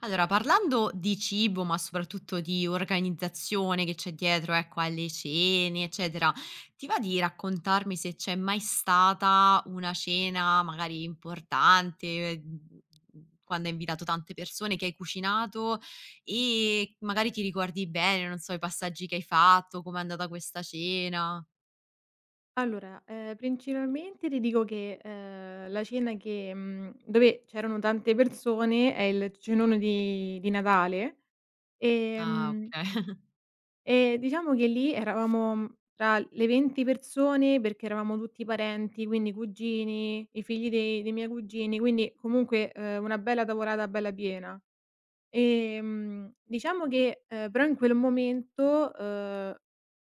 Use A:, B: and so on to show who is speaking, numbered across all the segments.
A: Allora, parlando di cibo, ma soprattutto di organizzazione che c'è dietro, ecco, alle cene, eccetera, ti va di raccontarmi se c'è mai stata una cena magari importante, quando hai invitato tante persone, che hai cucinato e magari ti ricordi bene, non so, i passaggi che hai fatto, com'è andata questa cena?
B: Allora, principalmente ti dico che, la cena dove c'erano tante persone è il cenone di Natale,
A: Ah,
B: ehm,
A: okay.
B: e diciamo che lì eravamo tra le 20 persone perché eravamo tutti parenti, quindi cugini, i figli dei miei cugini, quindi comunque, una bella tavolata bella piena. Diciamo che, però in quel momento,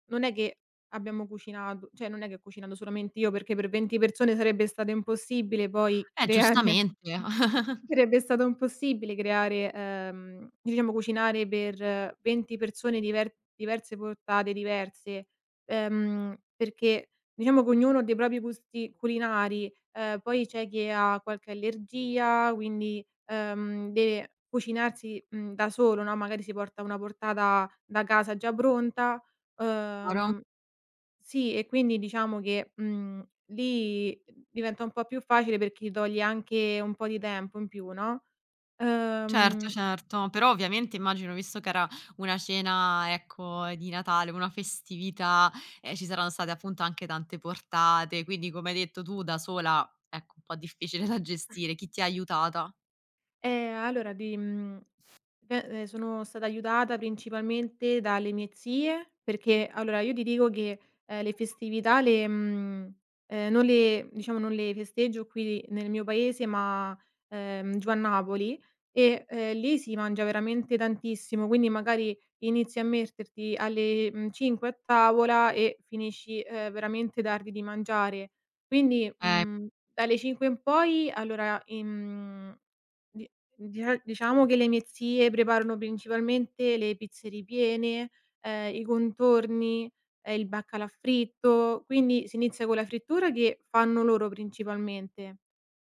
B: non è che abbiamo cucinato, cioè, non è che ho cucinato solamente io, perché per 20 persone sarebbe stato impossibile poi creare.
A: Giustamente.
B: Sarebbe stato impossibile creare, diciamo, cucinare per 20 persone diverse portate diverse, perché diciamo che ognuno ha dei propri gusti culinari, poi c'è chi ha qualche allergia, quindi, deve cucinarsi, da solo, no, magari si porta una portata da casa già pronta. uhm sì, e quindi diciamo che, lì diventa un po' più facile perché ti togli anche un po' di tempo in più, no.
A: Certo,
B: ehm
A: certo, però ovviamente immagino, visto che era una cena, ecco, di Natale, una festività, ci saranno state appunto anche tante portate, quindi come hai detto tu da sola, ecco, un po' difficile da gestire. Chi ti ha aiutata?
B: Allora beh, sono stata aiutata principalmente dalle mie zie, perché allora io ti dico che, le festività non le diciamo non le festeggio qui nel mio paese, ma, giù a Napoli e, lì si mangia veramente tantissimo, quindi magari inizi a metterti alle, 5 a tavola e finisci, veramente tardi di mangiare. Quindi,
A: Eh,
B: dalle 5 in poi allora, in di Dia diciamo che le mie zie preparano principalmente le pizze ripiene, i contorni, il baccalà fritto, quindi si inizia con la frittura che fanno loro principalmente.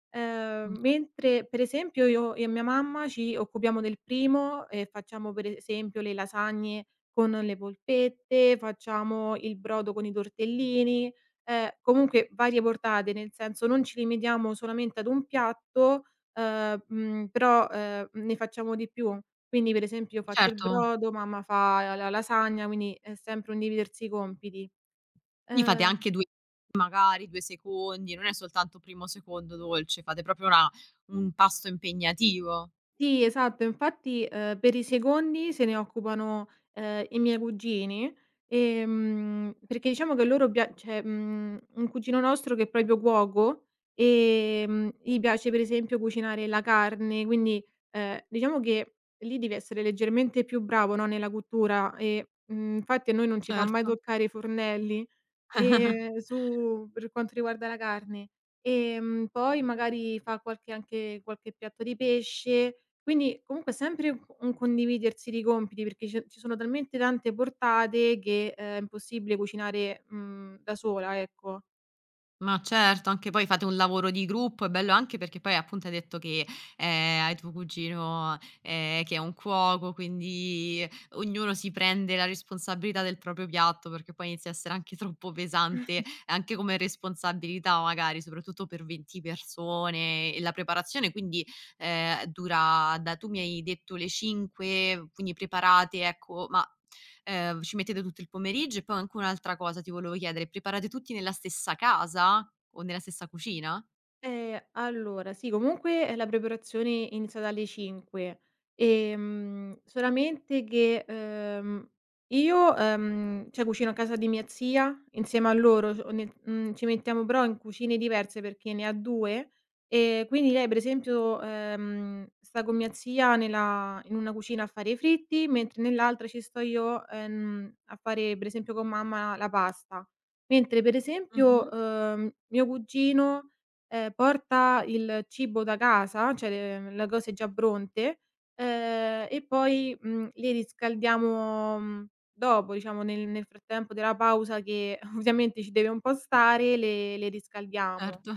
A: mh,
B: Mentre per esempio io e mia mamma ci occupiamo del primo e facciamo per esempio le lasagne con le polpette, facciamo il brodo con i tortellini, comunque varie portate, nel senso non ci limitiamo solamente ad un piatto, però, ne facciamo di più. Quindi per esempio io faccio il
A: certo.
B: brodo, mamma fa la lasagna, quindi è sempre un dividersi i compiti.
A: Quindi fate
B: Ehm
A: anche 2, magari 2 secondi, non è soltanto primo, secondo dolce, fate proprio una un pasto impegnativo.
B: Sì, esatto. Infatti, per i secondi se ne occupano, i miei cugini, perché diciamo che loro pia cioè, mhmm, un cugino nostro che è proprio cuoco, gli piace per esempio cucinare la carne, quindi, diciamo che lì devi essere leggermente più bravo, no, nella cottura e, infatti a noi non ci fa mai
A: Certo.
B: toccare i fornelli. Su Per quanto riguarda la carne. Poi magari fa qualche piatto di pesce, quindi comunque sempre un condividersi di compiti, perché ce ci sono talmente tante portate che è impossibile cucinare, da sola, ecco.
A: Ma certo, anche poi fate un lavoro di gruppo, è bello anche perché poi appunto hai detto che, hai tuo cugino, che è un cuoco, quindi ognuno si prende la responsabilità del proprio piatto, perché poi inizia a essere anche troppo pesante, anche come responsabilità magari, soprattutto per 20 persone e la preparazione quindi, dura da tu mi hai detto le 5, quindi preparate, ecco, ma ci mettete tutto il pomeriggio? E poi anche un'altra cosa ti volevo chiedere: preparate tutti nella stessa casa o nella stessa cucina?
B: Allora sì, comunque, la preparazione è iniziata alle 5, solamente che, io, cioè cucino a casa di mia zia insieme a loro, ci mettiamo però in cucine diverse perché ne ha 2, quindi lei per esempio, sta con mia zia nella in una cucina a fare i fritti, mentre nell'altra ci sto io, a fare per esempio con mamma la pasta. Mentre per
A: Mh-mh,
B: esempio, mio cugino porta il cibo da casa, cioè le cose già pronte, e poi, li riscaldiamo, dopo, diciamo nel frattempo della pausa che ovviamente ci deve un po' stare, le riscaldiamo.
A: certo.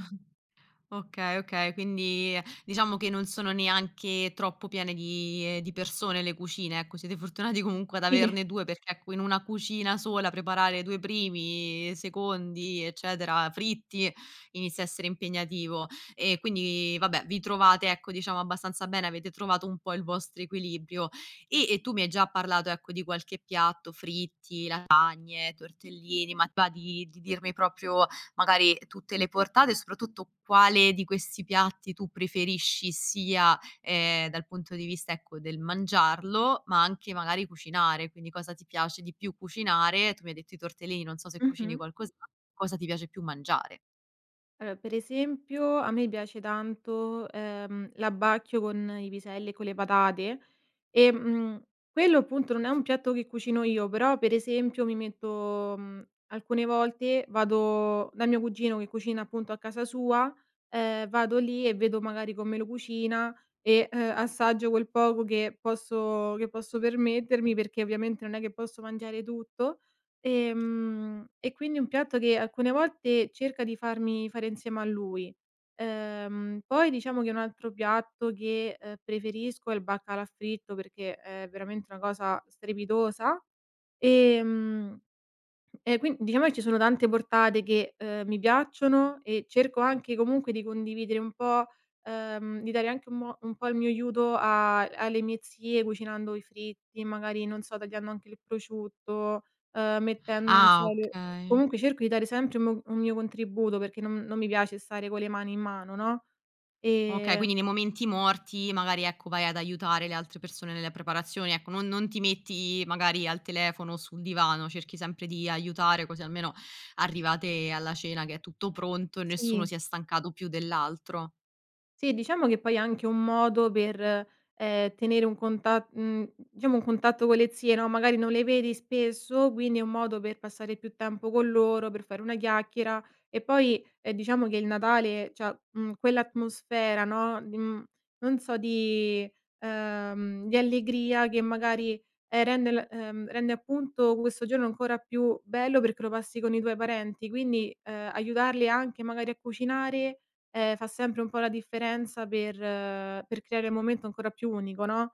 A: Okay, okay, quindi diciamo che non sono neanche troppo piene di persone le cucine, ecco, siete fortunati comunque ad
B: Sì.
A: averne 2 perché, ecco, in una cucina sola preparare 2 primi, secondi, eccetera, fritti, inizia a essere impegnativo. E quindi vabbè, vi trovate, ecco, diciamo abbastanza bene, avete trovato un po' il vostro equilibrio. E tu mi hai già parlato, ecco, di qualche piatto, fritti, lasagne, tortellini, ma ti va di dirmi proprio magari tutte le portate e soprattutto quale di questi piatti tu preferisci sia, dal punto di vista, ecco, del mangiarlo, ma anche magari cucinare, quindi cosa ti piace di più cucinare. Tu mi hai detto i tortellini, non so se cucini
B: Mh-mh.
A: qualcos'a cosa ti piace più mangiare.
B: Allora, per esempio a me piace tanto, l'abbacchio con i piselli e con le patate. E, quello appunto non è un piatto che cucino io, però per esempio alcune volte vado dal mio cugino che cucina appunto a casa sua, vado lì e vedo magari come lo cucina e, assaggio quel poco che posso permettermi, perché ovviamente non è che posso mangiare tutto. E quindi è un piatto che alcune volte cerca di farmi fare insieme a lui. Poi diciamo che un altro piatto che, preferisco è il baccalà fritto perché è veramente una cosa strepitosa. Ehm e quin Diciamo che ci sono tante portate che, mi piacciono e cerco anche comunque di condividere un po', di dare anche un po' il mio aiuto a alle mie zie cucinando i fritti, magari, non so, tagliando anche il prosciutto, mettendo, non so,
A: Ah,
B: le
A: okay.
B: comunque cerco di dare sempre un mio contributo perché non mi piace stare con le mani in mano, no,
A: Okay,
B: ehm
A: quindi nei momenti morti magari, ecco, vai ad aiutare le altre persone nelle preparazioni, ecco, non ti metti magari al telefono o sul divano, cerchi sempre di aiutare, così almeno arrivate alla cena che è tutto pronto e nessuno
B: sì.
A: si è stancato più dell'altro.
B: Sì, diciamo che poi è anche un modo per, tenere diciamo un contatto con le zie, no, magari non le vedi spesso, quindi è un modo per passare più tempo con loro, per fare una chiacchiera e poi, diciamo che il Natale c'ha, quell'atmosfera, no, di, non so, di allegria che magari, rende appunto questo giorno ancora più bello perché lo passi con i tuoi parenti, quindi, aiutarli anche magari a cucinare. Fa sempre un po' la differenza per creare un momento ancora più unico, no.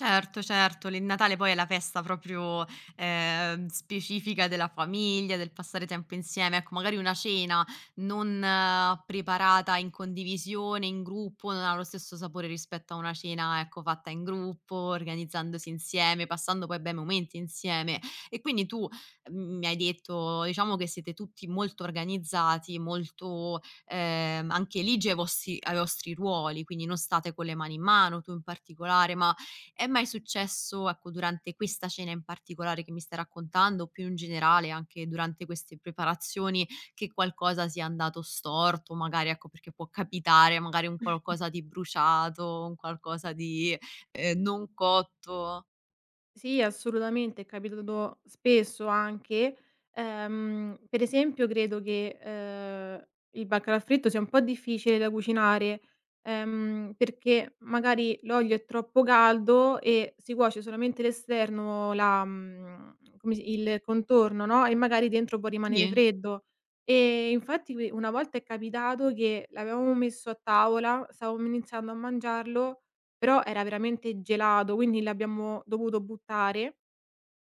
A: Certo, certo, l il Natale poi è la festa proprio, specifica della famiglia, del passare tempo insieme. Ecco, magari una cena non preparata in condivisione, in gruppo, non ha lo stesso sapore rispetto a una cena, ecco, fatta in gruppo, organizzandosi insieme, passando poi bei momenti insieme. E quindi tu, mi hai detto, diciamo che siete tutti molto organizzati, molto, anche ligi ai vostri ruoli, quindi non state con le mani in mano, tu in particolare, ma è mai successo, ecco, durante questa cena in particolare che mi stai raccontando, o più in generale anche durante queste preparazioni, che qualcosa sia andato storto, magari ecco, perché può capitare, magari un qualcosa di bruciato, un qualcosa di, non cotto?
B: Sì, assolutamente, è capitato spesso anche. Per esempio credo che, il baccalà fritto sia un po' difficile da cucinare, perché magari l'olio è troppo caldo e si cuoce solamente l'esterno, la mhmm, come si il contorno, no, e magari dentro può rimanere
A: Sì?
B: freddo. Infatti qui una volta è capitato che l'avevamo messo a tavola, stavamo iniziando a mangiarlo però era veramente gelato, quindi l'abbiamo dovuto buttare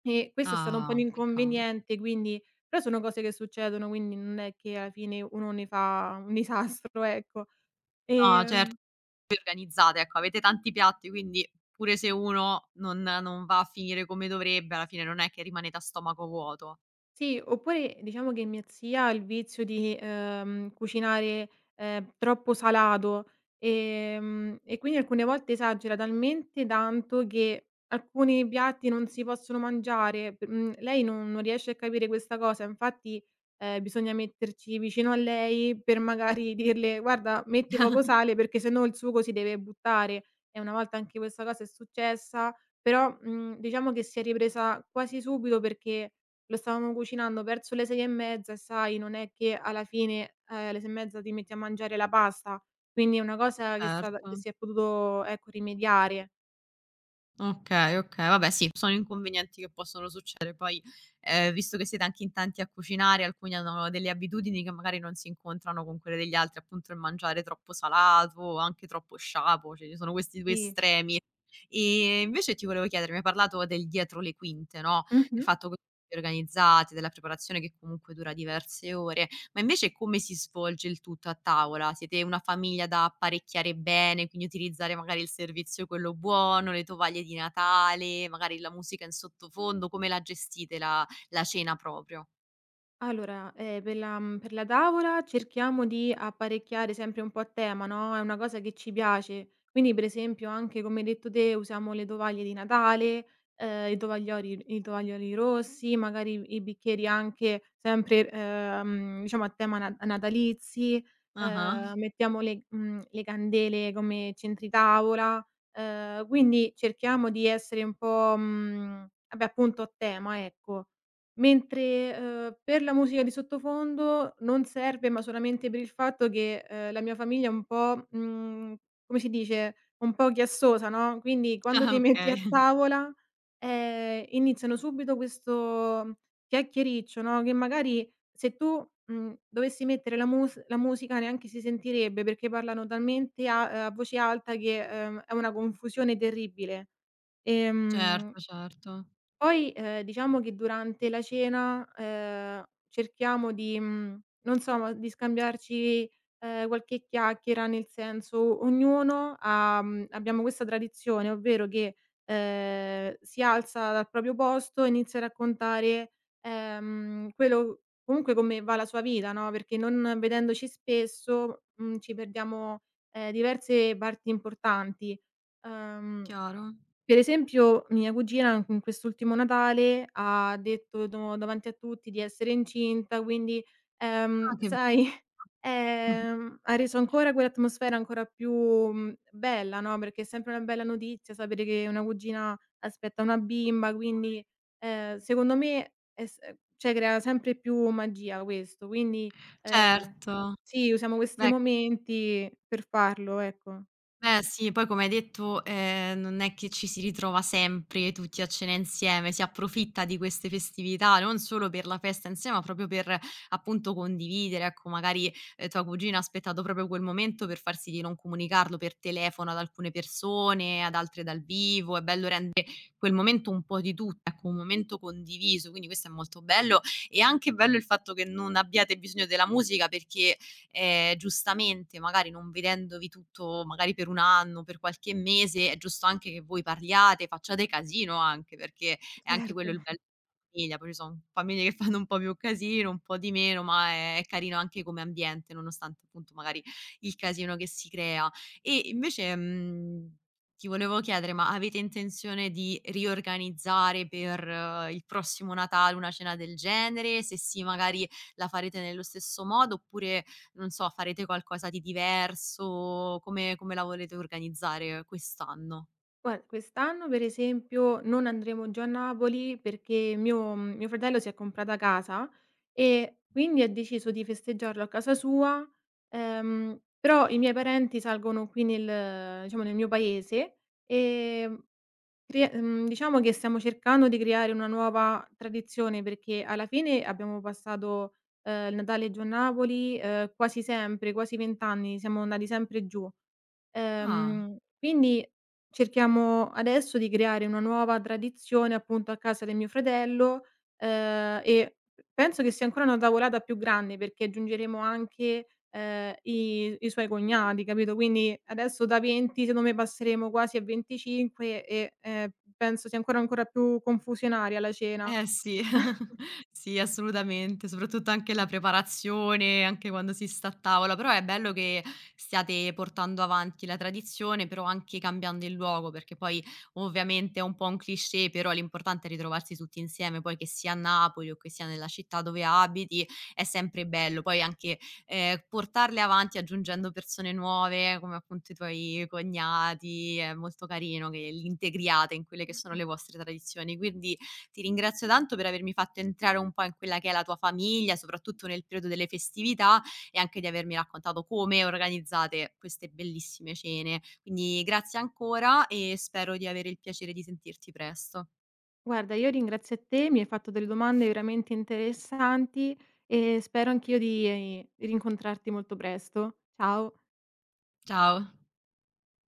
B: e questo è stato un po' un
A: Ah, peccato.
B: inconveniente. Quindi però sono cose che succedono, quindi non è che alla fine uno ne fa un disastro, ecco.
A: No,
B: Ehm
A: certo, voi organizzate, ecco, avete tanti piatti, quindi pure se uno non va a finire come dovrebbe, alla fine non è che rimanete a stomaco vuoto.
B: Sì, oppure diciamo che mia zia ha il vizio di, cucinare, troppo salato, e quindi alcune volte esagera talmente tanto che alcuni piatti non si possono mangiare. Lei non riesce a capire questa cosa, infatti, bisogna metterci vicino a lei per magari dirle: "Guarda, metti poco sale perché sennò il sugo si deve buttare". E una volta anche questa cosa è successa, però, diciamo che si è ripresa quasi subito perché lo stavamo cucinando verso le 6 e mezza e sai, non è che alla fine, alle 6 e mezza ti metti a mangiare la pasta, quindi è una cosa che è stata
A: Certo.
B: che si è potuto, ecco, rimediare.
A: Okay, okay, vabbè sì, sono inconvenienti che possono succedere. Poi, visto che siete anche in tanti a cucinare, alcuni hanno delle abitudini che magari non si incontrano con quelle degli altri, appunto il mangiare troppo salato o anche troppo sciapo, cioè ci sono questi 2
B: Sì.
A: estremi. Invece ti volevo chiedere, mi hai parlato del dietro le quinte, no, del
B: Mh-mh.
A: fatto che organizzati, della preparazione che comunque dura diverse ore. Ma invece come si svolge il tutto a tavola? Siete una famiglia da apparecchiare bene, quindi utilizzare magari il servizio quello buono, le tovaglie di Natale, magari la musica in sottofondo, come la gestite la cena proprio?
B: Allora, per per la tavola cerchiamo di apparecchiare sempre un po' a tema, no, è una cosa che ci piace. Quindi, per esempio, anche come hai detto te, usiamo le tovaglie di Natale, i tovaglioli rossi, magari i bicchieri anche sempre, diciamo a tema na natalizi,
A: Ah-ah.
B: mettiamo le candele come centri tavola, quindi cerchiamo di essere un po', vabbè appunto a tema, ecco. Mentre, per la musica di sottofondo non serve, ma solamente per il fatto che, la mia famiglia è un po', come si dice, un po' chiassosa, no, quindi quando ti
A: Ah,
B: metti
A: okay.
B: a tavola, iniziano subito questo chiacchiericcio, no, che magari se tu, dovessi mettere la musica neanche si sentirebbe, perché parlano talmente a voce alta che, è una confusione terribile. Ehm
A: Certo, certo.
B: Poi, diciamo che durante la cena, cerchiamo di non so, ma di scambiarci, qualche chiacchiera, nel senso ognuno ha abbiamo questa tradizione, ovvero che, si alza dal proprio posto e inizia a raccontare, quello comunque come va la sua vita, no, perché non vedendoci spesso, ci perdiamo, diverse parti importanti. Uhm
A: Chiaro.
B: per esempio mia cugina anche in quest'ultimo Natale ha detto do davanti a tutti di essere incinta, quindi,
A: Ah, che bello.
B: sai, ha reso ancora quell'atmosfera ancora più, bella, no, perché è sempre una bella notizia sapere che una cugina aspetta una bimba, quindi, secondo me è s cioè crea sempre più magia questo, quindi, ehm
A: Certo.
B: sì, usiamo questi
A: Beh,
B: momenti per farlo, ecco.
A: beh sì, poi come hai detto, non è che ci si ritrova sempre tutti a cena insieme, si approfitta di queste festività, non solo per la festa insieme, ma proprio per appunto condividere, ecco magari, tua cugina ha aspettato proprio quel momento per far sì di non comunicarlo per telefono ad alcune persone, ad altre dal vivo. È bello rendere quel momento un po' di tutti, ecco un momento condiviso, quindi questo è molto bello. E anche bello il fatto che non abbiate bisogno della musica perché giustamente magari non vedendovi tutto magari per 1 anno, per qualche mese, è giusto anche che voi parliate, facciate casino anche, perché è anche
B: Certo.
A: quello il bello della famiglia, poi ci son famiglie che fanno un po' più casino, un po' di meno, ma è carino anche come ambiente, nonostante appunto magari il casino che si crea. E invece, ti volevo chiedere, ma avete intenzione di riorganizzare per il prossimo Natale una cena del genere? Se sì, magari la farete nello stesso modo oppure non so, farete qualcosa di diverso? Come la volete organizzare quest'anno?
B: Guarda, quest'anno per esempio non andremo giù a Napoli perché mio fratello si è comprata casa e quindi ha deciso di festeggiarlo a casa sua, però i miei parenti salgono qui nel, diciamo, nel mio paese, ehm, diciamo che stiamo cercando di creare una nuova tradizione perché alla fine abbiamo passato, il Natale giù a Napoli, quasi sempre, quasi 20 anni siamo andati sempre giù.
A: Ah.
B: Quindi cerchiamo adesso di creare una nuova tradizione appunto a casa del mio fratello, e penso che sia ancora una tavolata più grande perché aggiungeremo anche, i suoi cognati, capito, quindi adesso da 20 secondo me passeremo quasi a 25 e, penso sia ancora più confusionaria la cena.
A: Eh sì, sì assolutamente, soprattutto anche la preparazione, anche quando si sta a tavola, però è bello che stiate portando avanti la tradizione, però anche cambiando il luogo, perché poi ovviamente è un po' un cliché, però l'importante è ritrovarsi tutti insieme, poi che sia a Napoli o che sia nella città dove abiti, è sempre bello. Poi anche, portarle avanti aggiungendo persone nuove, come appunto i tuoi cognati, è molto carino che li integriate in quelle che sono le vostre tradizioni, quindi ti ringrazio tanto per avermi fatto entrare un po' in quella che è la tua famiglia, soprattutto nel periodo delle festività e anche di avermi raccontato come organizzate queste bellissime cene. Quindi grazie ancora e spero di avere il piacere di sentirti presto.
B: Guarda, io ringrazio te, mi hai fatto delle domande veramente interessanti e spero anch'io di rincontrarti molto presto. Ciao.
A: Ciao.